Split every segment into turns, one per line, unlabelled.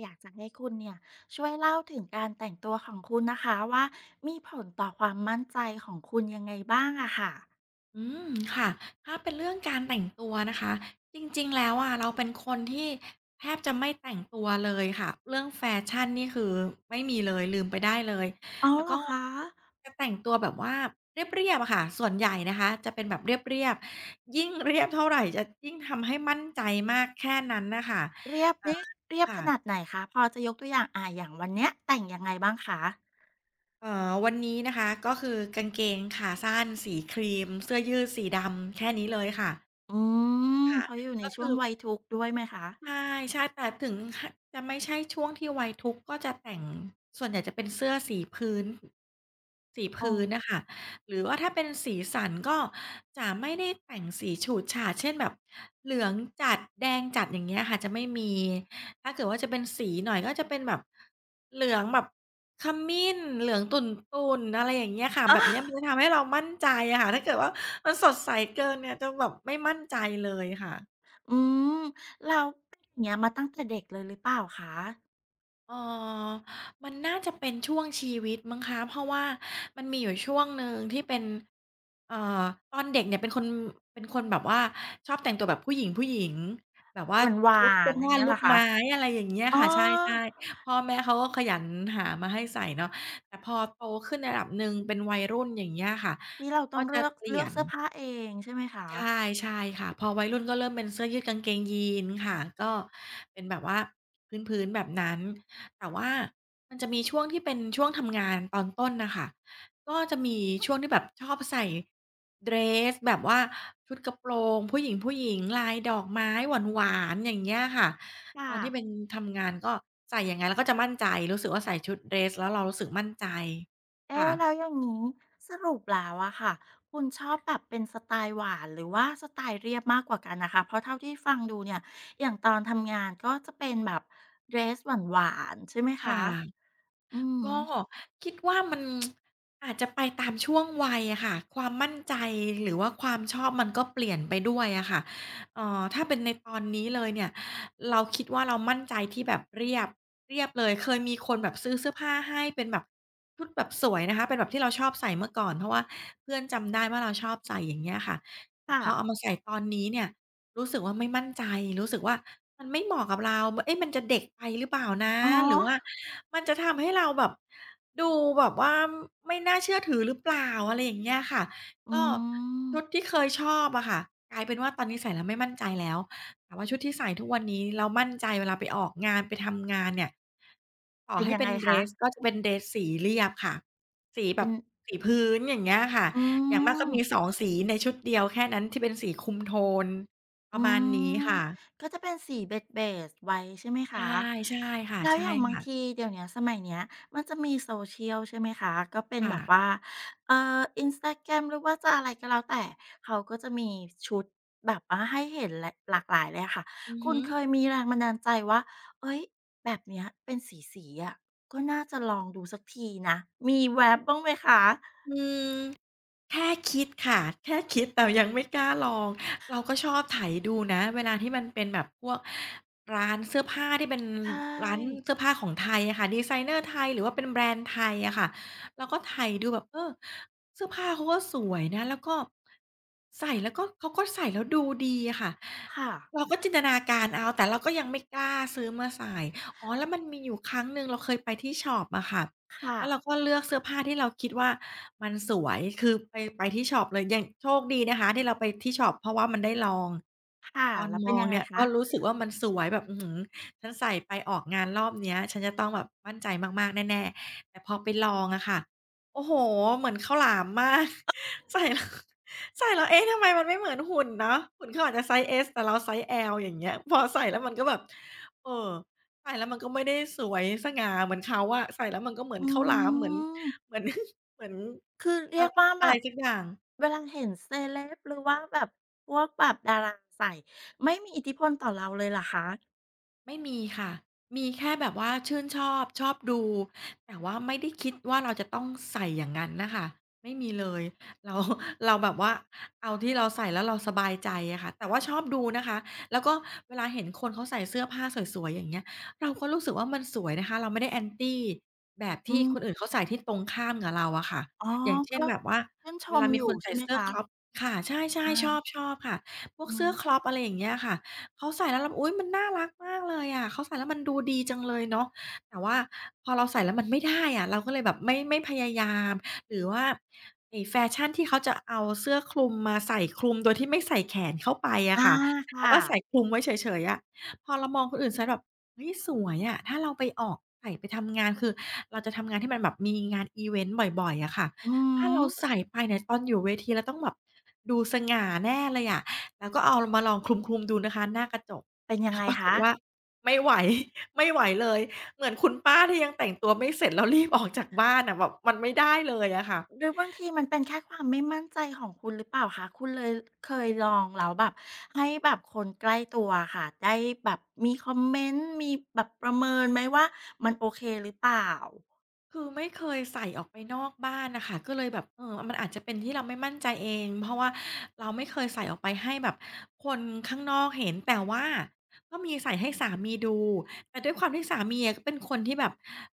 อยากจะให้คุณเนี่ยช่วยเล่าถึงการแต่งตัวของคุณนะคะว่ามีผลต่อความมั่นใจของคุณยังไงบ้างอะค่ะ
อืมค่ะถ้าเป็นเรื่องการแต่งตัวนะคะจริงๆแล้วอะเราเป็นคนที่แทบจะไม่แต่งตัวเลยค่ะเรื่องแฟชั่นนี่คือไม่มีเลยลืมไปได้เลย
อ๋อ
แล้ว
เหร
ก็
อคะ
จะแต่งตัวแบบว่าเรียบๆอะค่ะส่วนใหญ่นะคะจะเป็นแบบเรียบๆยิ่งเรียบเท่าไหรจะยิ่งทำให้มั่นใจมากแค่นั้นนะคะ
เรียบ
อ่า
นี่เรียบข
ค่ะ
นาดไหนคะพอจะยกตัวอย่างอย่างวันเนี้ยแต่งยังไงบ้างคะ
เอ่อวันนี้นะคะก็คือกางเกงขาสั้นสีครีมเสื้อยืดสีดำแค่นี้เลยค่ะ
อืม
ค่ะ
เพราะอยู่ใน
ก็
ช่ว
คื
ง
อ
วัยทุกข์ด้วยไหมคะ
ใช่ๆแต่ถึงหจะไม่ใช่ช่วงที่วัยทุกข์ก็จะแต่งส่วนใหญ่จะเป็นเสื้อสีพื้นสี
อ๋อ
พื้นน่ะค่ะหรือว่าถ้าเป็นสีสันก็จะไม่ได้แต่งสีฉูดฉาดเช่นแบบเหลืองจัดแดงจัดอย่างเงี้ยค่ะจะไม่มีถ้าเกิดว่าจะเป็นสีหน่อยก็จะเป็นแบบเหลืองแบบขมิ้นเหลืองตุ่นๆอะไรอย่างเงี้ยค่ะ
อะ
แบบเนี้ยมันจะทำให้เรามั่นใจอะค่ะถ้าเกิดว่ามันสดใสเกินเนี่ยจะแบบไม่มั่นใจเลยค่ะ
อืมแล้เป็นอย่างเงี้ยมาตั้งแต่เด็กเลยหรือเปล่าคะ
เออมันน่าจะเป็นช่วงชีวิตมั้งคะเพราะว่ามันมีอยู่ช่วงหนึ่งที่เป็นเอ่อตอนเด็กเนี่ยเป็นคนเป็นคนแบบว่าชอบแต่งตัวแบบผู้หญิงผู้หญิง แบบว่า
หวา
ชุดเสื้
น
อ
ๆอย่าง
ผ้า
เงี้ย
ลู
เหรอ
ก
คะ
ไม้อะไรอย่างเงี้ย
อ๋อ
ค่ะใช่ๆพ่อแม่เขาก็ขยันหามาให้ใส่เนาะแต่พอโตขึ้นระดับหนึ่งเป็นวัยรุ่นอย่างเงี้ยค่ะ
นี่เราต้อ
ก็
ง
จะ
เลือก
เปลี่
เลื
ย
อก
น
เสื้อผ้าเองใช่ไหมคะ
ใช่ใช่ค่ะพอวัยรุ่นก็เริ่มเป็นเสื้อยืดกางเกงยีนส์ค่ะก็เป็นแบบว่าพื้นๆแบบนั้นแต่ว่ามันจะมีช่วงที่เป็นช่วงทำงานตอนต้นน่ะค่ะก็จะมีช่วงที่แบบชอบใส่เดรสแบบว่าชุดกระโปรงผู้หญิงๆลายดอกไม้หวานๆอย่างเงี้ยค่ะ
ค่ะ
ตอนที่เป็นทำงานก็ใส่อย่างงั้นแล้วก็จะมั่นใจรู้สึกว่าใส่ชุดเดรสแล้วเรารู้สึกมั่นใจค่ะ
เอ๊ะแล้วอย่างนี้สรุปแล้วอะค่ะคุณชอบแบบเป็นสไตล์หวานหรือว่าสไตล์เรียบมากกว่ากันนะคะเพราะเท่าที่ฟังดูเนี่ยอย่างตอนทำงานก็จะเป็นแบบเดรสหวานๆใช่ไหม
ค
คะ
่ะ
อืม
ก็คิดว่ามัน อาจจะไปตามช่วงวัยอะค่ะความมั่นใจหรือว่าความชอบมันก็เปลี่ยนไปด้วยอะค่ะถ้าเป็นในตอนนี้เลยเนี่ยเราคิดว่าเรามั่นใจที่แบบเรียบเรียบเลยเคยมีคนแบบซื้อเสื้อผ้าให้เป็นแบบชุดแบบสวยนะคะเป็นแบบที่เราชอบใส่เมื่อก่อนเพราะว่าเพื่อนจำได้ว่าเราชอบใส่อย่างเงี้ยค่ะแต่พอเอา
ค่ะ
มาใส่ตอนนี้เนี่ยรู้สึกว่าไม่มั่นใจรู้สึกว่า มันไม่เหมาะกับเรามเอ๊ะมันจะเด็กไปหรือเปล่านะ
อ๋อ
หรือว่ามันจะทำให้เราแบบดูแบบว่าไม่น่าเชื่อถือหรือเปล่าอะไรอย่างเงี้ยค่ะ
อื
ก็
ม
ชุดที่เคยชอบอะค่ะกลายเป็นว่าตอนนี้ใส่แล้วไม่มั่นใจแล้วแต่ว่าชุดที่ใส่ทุกวันนี้แล้วมั่นใจเวลาไปออกงานไปทำงานเนี่ยต่อ
เป็น
ให้
ยัง
เป็
ไง
นเดร
คะ
สก็จะเป็นเดรสสีเรียบค่ะสีแบ
เป็น
บสีพื้นอย่างเงี้ยค่ะ
อื
อย่างมากก็มี
ม
2สีในชุดเดียวแค่นั้นที่เป็นสีคุมโทนป
อื
ระมาณนี้
ม
ค่ะ
ก็จะเป็นสีเบสๆไว้ใช่ไหม
ใช่
คะ
ใช่ค่ะ
แล้ว
ใช่
อย่างบาง
ค่ะ
ทีเดี๋ยวเนี้ยสมัยเนี้ยมันจะมี social ใช่ไหมคะก็เป็น
ค่ะ
แบบว่าเอ่อ Instagram หรือว่าจะอะไรก็แล้วแต่เขาก็จะมีชุดแบบว่าให้เห็นลหลากหลายเลยอะค่ะ
อือ
คุณ
ฮึ
เคยมีแรงบันดาลใจว่าเฮ้ยแบบเนี้ยเป็นสีๆอะก็น่าจะลองดูสักทีนะมีแว็บบ้างไหมคะ
อืม แค่คิดค่ะแค่คิดแต่ยังไม่กล้าลองเราก็ชอบไถดูนะเวลาที่มันเป็นแบบพวกร้านเสื้อผ้าที่เป็น
ใช่
ร้านเสื้อผ้าของไทยอะค่ะดีไซเนอร์ไทยหรือว่าเป็นแบรนด์ไทยอะค่ะเราก็ไถดูแบบเออเสื้อผ้าเขาก็สวยนะแล้วก็ใส่แล้วก็เขาก็ใส่แล้วดูดีอะค่ะ
ค่ะ
เราก็จินตนาการเอาแต่เราก็ยังไม่กล้าซื้อมาใส่อ๋อแล้วมันมีอยู่ครั้งหนึ่งเราเคยไปที่ช็อปอะค่ะ
ค่ะ
แล้วเราก็เลือกเสื้อผ้าที่เราคิดว่ามันสวยคือไปที่ช็อปเลยอย่างโชคดีนะคะที่เราไปที่ช็อปเพราะว่ามันได้ลอง
ค่ะ
ตอน
แล้ว
ม
เป็น
อง
ยังไง
เนี่ย
คะ
ก็รู้สึกว่ามันสวยแบบอื้อฮือฉันใส่ไปออกงานรอบเนี้ยฉันจะต้องแบบมั่นใจมากๆแน่ๆแต่พอไปลองอะค่ะโอ้โฮเหมือนข้าวหลามมาก ใส่ แล้วใส่แล้วเอ๊ะทำไมมันไม่เหมือนหุ่นเนาะหุ่นเขาอาจจะไซซ์ S แต่เราไซซ์ L อย่างเงี้ยพอใส่แล้วมันก็แบบเออ ใส่แล้วมันก็ไม่ได้สวยสง่าเหมือนเขาอะใส่แล้วมันก็เหมือน
อื
ข้าวหลามเหมือน
ม
เหมือน เหมือน
คือเรี
อะ
ยกว่าแบ
อะไร
บ
สักอย่าง
เวลาเห็นเซเลบหรือว่าแบบพวกแบบดาราใส่ไม่มีอิทธิพลต่อเราเลยเหรอคะ
ไม่มีค่ะ มีแค่แบบว่าชื่นชอบชอบดูแต่ว่าไม่ได้คิดว่าเราจะต้องใส่อย่างนั้นน่ะค่ะไม่มีเลยเรา เราแบบว่าเอาที่เราใส่แล้วเราสบายใจอะค่ะแต่ว่าชอบดูนะคะแล้วก็เวลาเห็นคนเขาใส่เสื้อผ้าสวยๆอย่างเงี้ยเราก็รู้สึกว่ามันสวยนะคะเราไม่ได้ anti แบบ
อื
ที่
ม
คนอื่นเขาใส่ที่ตรงข้ามกับเราอะค่ะ
อ๋อ
อย่างเช่น
ก็
แบบว่า
ชื่นช
เว
ม
ลา
อ
มีค
ยู่
นใส่
ใช่ไหม
เสื้อคร็อป
คะ
ค่ะใช่
อา
ๆชอบชอบค่ะพวก
อื
เสื้
ม
อคร็อปอะไรอย่างเงี้ยค่ะ เขาใส่แล้วเราอุ๊ยมันน่ารักมากเลยอะเขาใส่แล้วมันดูดีจังเลยเนาะแต่ว่าพอเราใส่แล้วมันไม่ได้อะเราก็เลยแบบไม่พยายามหรือว่าไอ้แฟชั่นที่เขาจะเอาเสื้อคลุมมาใส่คลุมโดยที่ไม่ใส่แขนเข้าไปอะ
อา
ค่ะแล้ว
ค่ะ
ก็ใส่คลุมไว้เฉยๆอะพอเรามองคนอื่นใส่แบบเฮ้ยสวยอะถ้าเราไปออกใส่ไปทำงานคือเราจะทำงานที่มันแบบมีงานอิเวนต์บ่อยๆอะค่ะ
อือ
ถ้าเรา
ฮึ
ใส่ไปเนี่ยตอนอยู่เวทีเราต้องแบบดูสง่าแน่เลยอะ แล้วก็เอามาลองคลุมๆดูนะคะหน้ากระจก
เป็นยังไง
ปราก
คะ
ฏว่าไม่ไหว ไม่ไหวเลยเหมือนคุณป้าที่ยังแต่งตัวไม่เสร็จแล้วรีบออกจากบ้านอะแบบมันไม่ได้เลยอะค่ะ
หรือบางทีมันเป็นแค่ความไม่มั่นใจของคุณหรือเปล่าคะคุณเลยเคยลองแล้วแบบให้แบบคนใกล้ตัวอะค่ะได้แบบมีคอมเมนต์มีแบบประเมินไหมว่ามันโอเคหรือเปล่า
คือไม่เคยใส่ออกไปนอกบ้านน่ะค่ะก็เลยแบบเออมันอาจจะเป็นที่เราไม่มั่นใจเองเพราะว่าเราไม่เคยใส่ออกไปให้แบบคนข้างนอกเห็นแต่ว่าก็มีใส่ให้สามีดูแต่ด้วยความที่สามีอะก็เป็นคนที่แบบ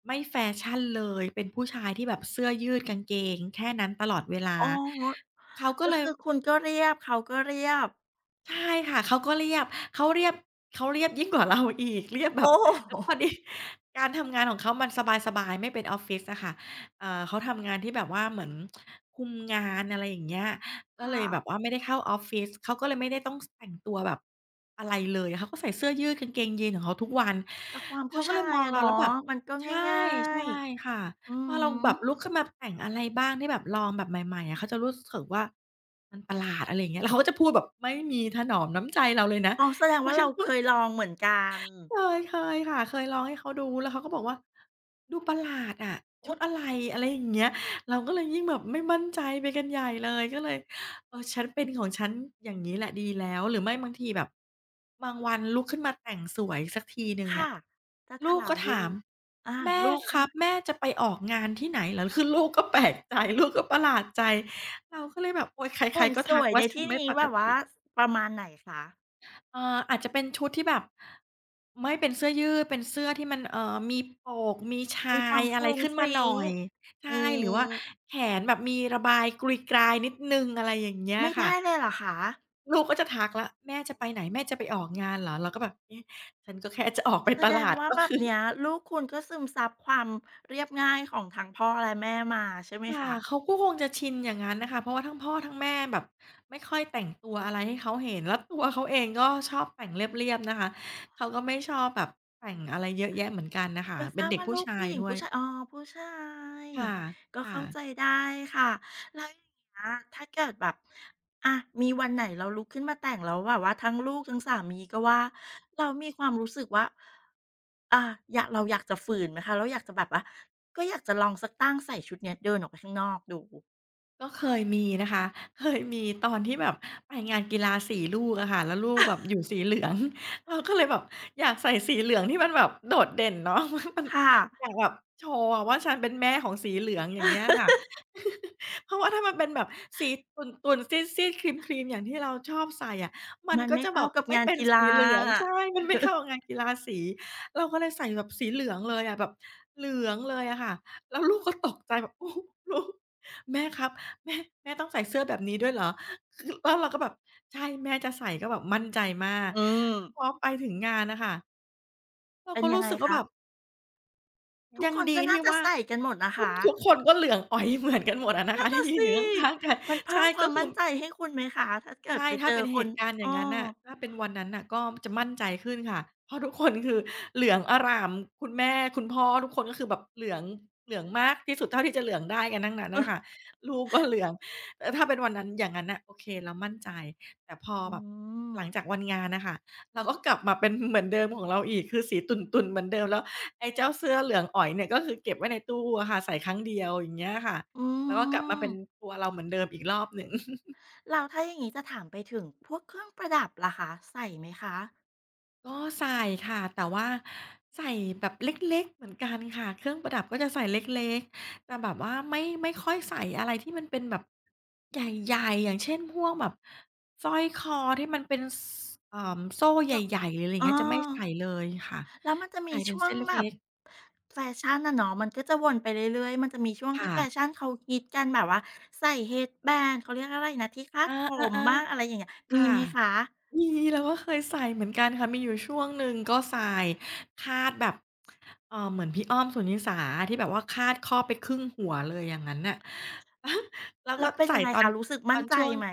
ไม่แฟชั่นเลยเป็นผู้ชายที่แบบเสื้อยืดกางเกงแค่นั้นตลอดเวลา
อ๋อ
เขาก็
ก็
เลย
คือคุณก็เรียบเขาก็เรียบ
ใช่ค่ะเขาก็เรียบเขาเรียบเขาเรียบยิ่งกว่าเราอีกเรียบแบ
โอ้
บ
โ
แล้วพอ
ฮ
ดีการทำงานของเขามันสบายๆไม่เป็นออฟฟิศอะค่ะเขาทำงานที่แบบว่าเหมือนคุมงานอะไรอย่างเงี้ยก็เล
ค่ะ
ยแบบว่าไม่ได้เข้าออฟฟิศเขาก็เลยไม่ได้ต้องสแต่งตัวแบบอะไรเลยเขาก็ใส่เสื้อยืดกางเกงยีนของเขาทุกวัน
แต่ความ
เขา
ผู้
ก็
ชา
เลย
ย
มอง
อะ
เรา
เนาะ
แล้วแบบ
มันก็
ใช่
ง่าย
ใช่ค่ะ
ๆอือ
พอเราแบ
ฮึ
บลุกขึ้นมาแต่งอะไรบ้างที่แบบลองแบบใหม่ๆอะเขาจะรู้สึกว่ามันประหลาดอะไรอย่างเงี้ยแล้วเขาก็จะพูดแบบไม่มีถนอมน้ำใจเราเลยนะ
อ๋อแสดง
โอ้
ว่า
ฉั
เรา
นก็
เคยลองเหมือนกัน
เคยค่ะเคยลองให้เขาดูแล้วเขาก็บอกว่าดูประหลาดอะชุดอะ
โอ้
ไรอะไรอย่างเงี้ยเราก็เลยยิ่งแบบไม่มั่นใจไปกันใหญ่เลยก็เลยเออฉันเป็นของฉันอย่างงี้แหละดีแล้วหรือไม่บางทีแบบบางวันลุกขึ้นมาแต่งสวยสักทีหนึ่งเนี่
ค่ะ
ย
จะถ
ลูก
า
ก็
มอ
ถา
ยู่
ม
อา
แม่
ลูก
ครับแม่จะไปออกงานที่ไหนเหรอคือลูกก็แปลกใจลูกก็ประหลาดใจเราก็เลยแบบโอ๊ยใคร
แต่ง
ๆก็
ส
ทั
ว
ก
ย
ว่า
ใน
ฉัน
ที่
ไม่
นี้
ป
แบ
ก
บว่า
ติ
ประมาณไหนคะ
อาจจะเป็นชุดที่แบบไม่เป็นเสื้อยืดเป็นเสื้อที่มันมีโปกมีชา
มีควา
ย
มฟ
อะไร
รุ้ง
ขึ้น
ฟ
มาหน่
ริ้
อ
ง
ยใช่
อื
หรือว่า
ม
แขนแบบมีระบายกรุยกรายนิดหนึ่งอะไรอย่างเงี้ย
ไม่
ค่ะ
ได้เลยเหรอคะ
ลูกก็จะทักแล้วแม่จะไปไหนแม่จะไปออกงานเหรอเราก็แบบเอ๊ะฉันก็แค่จะออกไป
แส
ต
ด
ลา
ง
ด
ว่า
ก็
แบบ
คือ
เนี้ยลูกคุณก็ซึมซับความเรียบง่ายของทั้งพ่อและแม่มาใช่ไหม
ค่ะ
คะ
เขาก็คงจะชินอย่างงั้นน่ะค่ะเพราะว่าทั้งพ่อทั้งแม่แบบไม่ค่อยแต่งตัวอะไรให้เขาเห็นแล้วตัวเขาเองก็ชอบแต่งเรียบๆนะคะเขาก็ไม่ชอบแบบแต่งอะไรเยอะแยะเหมือนกันน่ะค่ะ
ไม่ท
เป็น
ราบ
เด็ก
ว่า
ผู้
ลูก
ชา
ผู้
ย
หญิง
ด้ว
ผู้
ย
ชายอ๋อผู้ชาย
ค่ะ
ก็
ค่ะ
เข้าใจได้ค่ะแล้วอย่างเงี้ยถ้าเกิดแบบอะมีวันไหนเราลุกขึ้นมาแต่งแล้วแบบว่าทั้งลูกทั้งสามีก็ว่าเรามีความรู้สึกว่าอ่าอยากเราอยากจะฝืนไหมคะเราอยากจะแบบว่าก็อยากจะลองสักตั้งใส่ชุดเนี้ยเดินออกไปข้างนอกดู
ก็เคยมีนะคะ เคยมีตอนที่แบบไปงานกีฬาสีลูกอะค่ะแล้วลูกแบบอ ยู่สีเหลือง เราก็เลยแบบอยากใส่สีเหลืองที่มันแบบโดดเด่นเนาะ มัน
ค่ะ
อยากแบบโชว์อะว่าฉันเป็นแม่ของสีเหลืองอย่างเงี้ยค่ะ เพราะว่าถ้ามันเป็นแบบสีตุ่นๆซีดๆครีมๆอย่างที่เราชอบใส่อะมัน
มัน
ก็
ไม่
จะแบ
เข้า
บ
กับ
ไม่
งาน
เป็น
กี
สี
ฬา
เหลืองใช่มันไม่ เข้ากับงานกีฬาสีเราก็เลยใส่แบบสีเหลืองเลยอะแบบเหลืองเลยอะค่ะแล้วลูกก็ตกใจแบบ โอ้ลูกแม่ครับ แม่แม่ต้องใส่เสื้อแบบนี้ด้วยเหรอคือ แล้วเราก็แบบใช่แม่จะใส่ก็แบบมั่นใจมาก
อืม
พอไปถึงงานน่ะค่ะเรา
เป็น
ก็
ยัง
รู้
ไง
สึกว่า
คะ
แบบ
ทุก
ยั
ค
ง
น
ดี
ก็น่า
ที่
จะ
ว่า
ใส่กันหมดนะ
ทุก
คะ
ทุกคนก็เหลืองอ๋อยเหมือนกันหมดอะนะ
นั่
คะ
น
ที่
น่ะ
ยืน
สิ
อยู่ข้างๆกัน
มัน
ใช่
เพิ่มค
ก็
วาม
คือ
มั่นใจให้คุณไหมคะ ถ้าเกิด
ใช่
ไปเจ
ถ้า
อ
เป็น
ค
เห
น
ตุการณ์อ
อ้
ย่า
อ
งงั้นน่ะถ้าเป็นวันนั้นน่ะก็จะมั่นใจขึ้นค่ะเพราะทุกคนคือเหลืองอร่ามคุณแม่คุณพ่อทุกคนก็คือแบบเหลืองเหลืองมากที่สุดเท่าที่จะเหลืองได้กันทั้งนั้น
เออ
น่ะค่ะลูกก็เหลืองเออถ้าเป็นวันนั้นอย่างงั้นน่ะโอเคเรามั่นใจแต่พอ
อื
แบบ
ม
หลังจากวันงานน่ะค่ะเราก็กลับมาเป็น เหมือนเดิมของเราอีกคือสีตุ่นๆเหมือนเดิมแล้วไอ้เจ้าเสื้อเหลืองอ๋อยเนี่ยก็คือเก็บไว้ในตู้อะค่ะใส่ครั้งเดียวอย่างเงี้ยค่ะ
อื
แล้วก็กลับมา
ม
เป็นตัวเราเหมือนเดิมอีกรอบหนึ่ง
แล้วถ้าอย่างงี้จะถามไปถึงพวกเครื่องประดับล่ะคะใส่ไหมคะ
ก็ใส่ค่ะแต่ว่าใส่แบบเล็กๆเหมือนกันค่ะเครื่องประดับก็จะใส่เล็กๆแต่แบบว่าไม่ค่อยใส่อะไรที่มันเป็นแบบใหญ่ๆอย่างเช่นพวกแบบสร้อยคอที่มันเป็นสเอ่อโซ่
โซ
ใหญ่ๆหรืออะไรอย่าง
อ้อ
เงี้ยจะไม่ใส่เลยค่ะ
แล้วมันจะมี
ใส่เป็น
ช่วง
เส้น
แบ
เล็
บ
ก
แฟชั่นอะเนาะมันก็จะวนไปเรื่อยๆมันจะมีช่วง
ๆ
ที่
ค่ะ
แฟชั่นเขาฮิตกันแบบว่าใส่ headband เขาเรียกอะไรนะที่คาด
อา
ผมบ้างอะไร
ๆ
อย่างเงี้ย
ๆ
มี
ค่ะ
ไหมคะ
มีเราก็เคยใส่เหมือนกันค่ะมีอยู่ช่วงหนึ่งก็ใส่คาดแบบเหมือนพี่อ้อมสุนิสาที่แบบว่าคาดครอบไปครึ่งหัวเลยอย่างงั้นน่ะ แล้ว
แล้
ก็
วเป็น
ใส่
ยังไงคะรู้สึก
ตอ
มั่น
น
ใจ
ช่วง
ไหม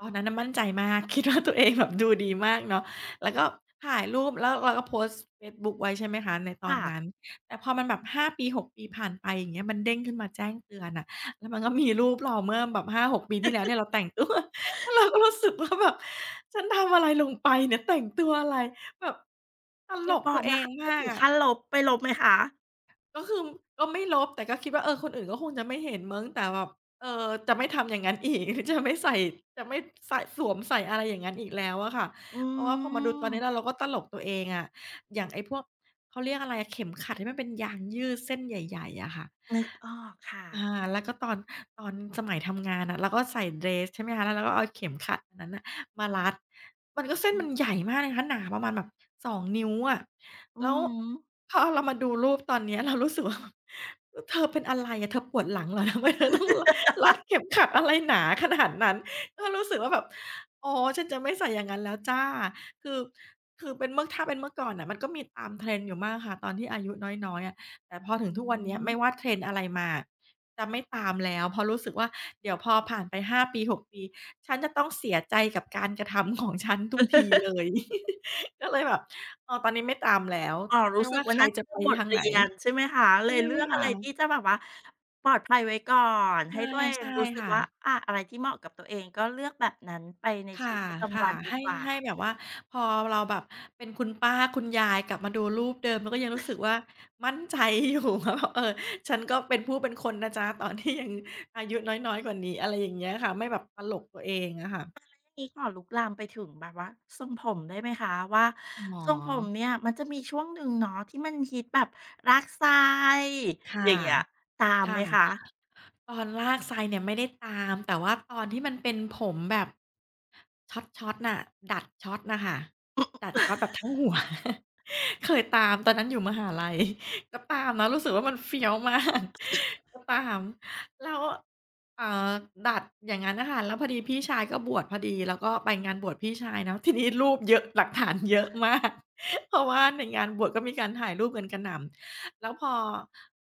ตอนนั้นน่ะมั่นใจมาก คิดว่าตัวเองแบบดูดีมากเนาะแล้วก็ถ่ายรูปแล้วเราก็โพสต์เฟซบุ๊กไว้ใช่ไหมคะในตอน
ค่ะ
นั้นแต่พอมันแบบห้าปี6ปีผ่านไปอย่างเงี้ยมันเด้งขึ้นมาแจ้งเตือนน่ะแล้วมันก็มีรูปเราเมื่อแบบ5-6ปีที่แล้วเนี่ยเราแต่งตัว แล้วเราก็รู้สึกว่าแบบฉันทำอะไรลงไปเนี่ยแต่งตัวอะไรแบบต
อ
ล
ย่า
ก
บอ
ตั
ก
วเอ
นะ
ง
คะว่า
มาก
ถึง
อะ
ขั้นลบไปลบไหมคะ
ก็คือก็ไม่ลบแต่ก็คิดว่าเออคนอื่นก็คงจะไม่เห็นมั้งแต่แบบเอ่อจะไม่ทำอย่างงั้นอีก จะไม่ใส่จะไม่ใส่สวมใส่อะไรอย่างงั้นอีกแล้วอะค่ะ
อื
เพราะว่าพอมาดูตอ
ม
นนี้แล้วเราก็ตลกตัวเองอะอย่างไอ้พวกเขาเรียกอะไรอะเข็มขัดที่มันเป็นยางยืดเส้นใหญ่ๆอะค่ะ
นึกออกค่ะ
อาแล้วก็ตอนสมัยทำงานอะเราก็ใส่เดรสใช่ไหมคะแล้วเราก็เอาเข็มขัดอันนั้นน่ะมารัดมันก็เส้
อื
น
อ
มันใหญ่มากเลยนะคะหนาประมาณแบบ2นิ้วอะ
อื
แล้
อ
ว
ฮึ
พอเรามาดูรูปตอนเนี้ยเรารู้สึกว่า เธอเป็นอะไรอะเธอปวดหลังเหรอทำไมเธอต้อง รัดเข็มขัดอะไรหนาขนาดนั้นก็รู้สึกว่าแบบอ๋อฉันจะไม่ใส่อย่างนั้นแล้วจ้ะคือคือเป็นเมื่อถ้าเป็นเมื่อก่อนน่ะมันก็มีตาม trend อยู่มากค่ะตอนที่อายุน้อยๆอะแต่พอถึ
อื
งทุกวันเนี้ย
ม
ไม่ว่า trend อะไรมา จะไม่ตามแล้วเพราะรู้สึกว่าเดี๋ยวพอผ่านไปห้าปี6ปีฉันจะต้องเสียใจกับการกระทำของฉันทุกทีเลย ก็เลยแบบเออตอนนี้ไม่ตามแล้ว
อ๋อรู้
ไม่
สึก
ว่า
ว่า
ใคร
นั่น
จะ
คื
ไป
อบท
ทาง
เรี
ไหน
ยนใช่ไหมคะเล
ใช่
ยเลือกอะ
ค่ะ
ไรที่จะแบบว่าปลอดภัยไว้ก่อนให้
ใช่
ตัวเอง
ใช่
รู้สึก
ค่ะ
ว่าอะไรที่เหมาะกับตัวเองก็เลือกแบบนั้นไปในชี
ค่
วิตประจำวั
ะ
นดี
ๆให้
กว่า
ให้แบบว่าพอเราแบบเป็นคุณป้าคุณยายกลับมาดูรูปเดิมเราก็ยังรู้สึกว่ามั่นใจอยู่ ว่าแบบเออฉันก็เป็นผู้เป็นคนนะจ๊ะตอนที่ยังอายุน้อยๆกว่านี้อะไรอย่างเงี้ยค่ะไม่แบบตลกตัวเองอะค่ะ
ทีนี้ขอลุกลามไปถึงแบบว่าทรงผมได้ไหมคะว่า
อ๋อ
ทรงผมเนี่ยมันจะมีช่วงหนึ่งเนาะที่มันฮิตแบบรักไซ
ค่ะ
อย่างเงี้ยตามไหมคะ
ค่ะตอนลากไซเนี่ยไม่ได้ตามแต่ว่าตอนที่มันเป็นผมแบบช็อตน่ะดัดช็อตน่ะค่ะดัดช็อตแบบทั้งหัว เคยตามตอนนั้นอยู่มหาลัย ก็ตามนะรู้สึกว่ามันเฟี้ยวมาก ก็ตามแล้วเอ่อดัดอย่างงั้นน่ะค่ะแล้วพอดีพี่ชายก็บวชพอดี แล้วก็ไปงานบวชพี่ชายเนาะ ทีนี้รูปเยอะหลักฐานเยอะมาก เพราะว่าในงานบวชก็มีการถ่ายรูปกันกระหน่ำ แล้วพอ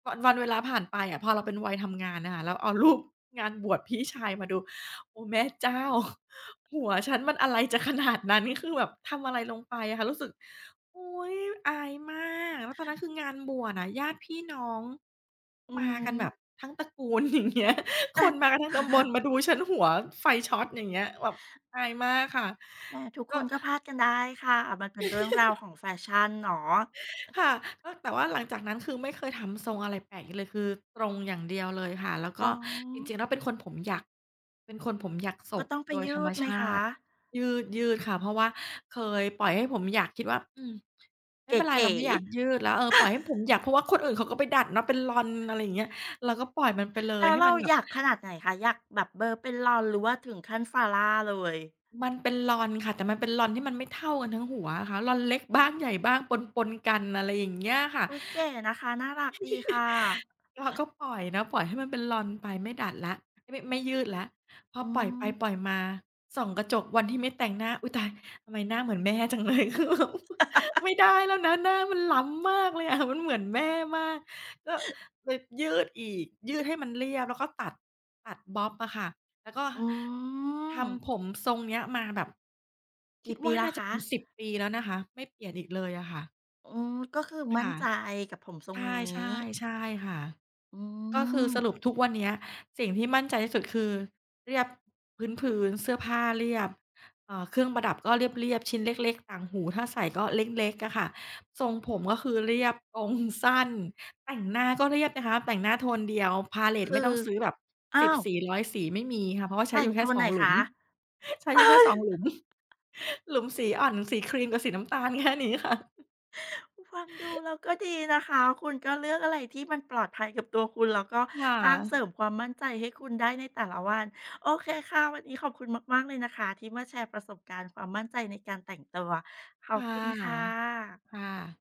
วันเวลาผ่านไปอะพอเราเป็นวัยทำงานน่ะค่ะแล้วเอารูปงานบวชพี่ชายมาดูโอ้แม่เจ้า หัวฉันมันอะไรจะขนาดนั้นคือแบบทำอะไรลงไปอะค่ะรู้สึกโอ๊ยอายมากแล้วตอนนั้นคืองานบวชอะญาติพี่น้อง
อื
มากั
ม
นแบบทั้งตระกูล อย่างเงี้ยคนมากันทั้งตำบลมา ดูฉันหัวไฟช็อตอย่างเงี้ยแบบอายมากค่ะ
แหมทุกค
ก็
นก็พลาดกันได้ค่ะ มันเป็นเรื่องราวของแฟชั่นเนาะ
ค่ะก็แต่ว่าหลังจากนั้นคือไม่เคยทำทรงอะไรแปลกอีกเลยคือตรงอย่างเดียวเลยค่ะแล้ว
อ๋
ก็
อ
จริงๆแล้วเป็นคนผมหยักเป็นคนผมหยักศ
ก็
ก
ต้องไป
โดยธ
ยื
รรม
ดไหม
ชา
คะ
ติยืดยืดค่ะเพราะว่าเคยปล่อยให้ผมหยักคิดว่าอืมไม่เป็นไรเรา
เก๋ๆ
ไม่อยากยืดแล้วเออปล่อยให้ผมหยักเพราะว่าคนอื่นเขาก็ไปดัดเนาะเป็นลอนอะไรอย่างเงี้ยเราก็ปล่อยมันไปเล ย
แล้ว
ให้
เรา
มันแบบ
อยากขนาดไหนคะ อยากแบบเบอร์เป็นลอนหรือว่าถึงขั้นฟาร่าเลย
มันเป็นลอนค่ะแต่มันเป็นลอนที่มันไม่เท่ากันทั้งหัวอะค่ะลอนเล็กบ้างใหญ่บ้างปนๆกันอะไรอย่างเงี้ยค่ะ
อุ๊ยเก๋นะคะน่ารักดีค่ะ
เราก็ปล่อยเนาะปล่อยให้มันเป็นลอนไปไม่ดัดแล้วไม่ยืดแล้วพอ
อื
ปล่อยไป
ม
ปล่อยมาส่องกระจกวันที่ไม่แต่งหน้าอุ๊ยตายทำไมหน้าเหมือนแม่จังเลย คือแบบไม่ได้แล้วนะหน้ามันล้ำมากเลยอะมันเหมือนแม่มากก็เลยยืดอีกยืดให้มันเรียบแล้วก็ตัดตัดบ๊อบอะค่ะแล้วก็
อืม
ทำผมทรงเนี้ยมาแบบคิ
กี่
ด
ปี
ว่า
แล้ว
น่าจะ
คะ
เป็น10ปีแล้วนะคะไม่เปลี่ยนอีกเลยอะค่ะ
อืมก็คือมั่น
ค่ะ
ใจกับผมทร
ใช
งนี้
่ๆใช่ค่ะ
อื
ก็คือสรุป
ม
ทุกวันเนี้ยสิ่งที่มั่นใจที่สุดคือเรียบพื้นๆเสื้อผ้าเรียบเครื่องประดับก็เรียบๆชิ้นเล็กๆต่างหูถ้าใส่ก็เล็กๆอะค่ะทรงผมก็คือเรียบตรงสั้นแต่งหน้าก็เรียบนะคะแต่งหน้าโทนเดียวพาเลต
คื
ไม่
อ
ต้องซื้อแบบสิ
อ้า
บ
ว
สีร้อยสีไม่มีค่ะเพราะว่าใช้
แต่
อ
ง
ยู่
โท
แค่
น
ส
ไห
อ
น
งหลุ
คะ
มใช้อยู่แค่2หลุ มหลุมสีอ่อนสีครีมกับสีน้ำตาลแค่นี้ค่ะ
ฟังดูแล้วก็ดีนะคะคุณก็เลือกอะไรที่มันปลอดภัยกับตัวคุณแล้วก็
ค่ะ
สร้างเสริมความมั่นใจให้คุณได้ในแต่ละวันโอเคค่ะวันนี้ขอบคุณมากๆเลยนะคะที่มาแชร์ประสบการณ์ความมั่นใจในการแต่งตัวขอบ
ค่
คุณค่
ะ
ะ
ค่ะ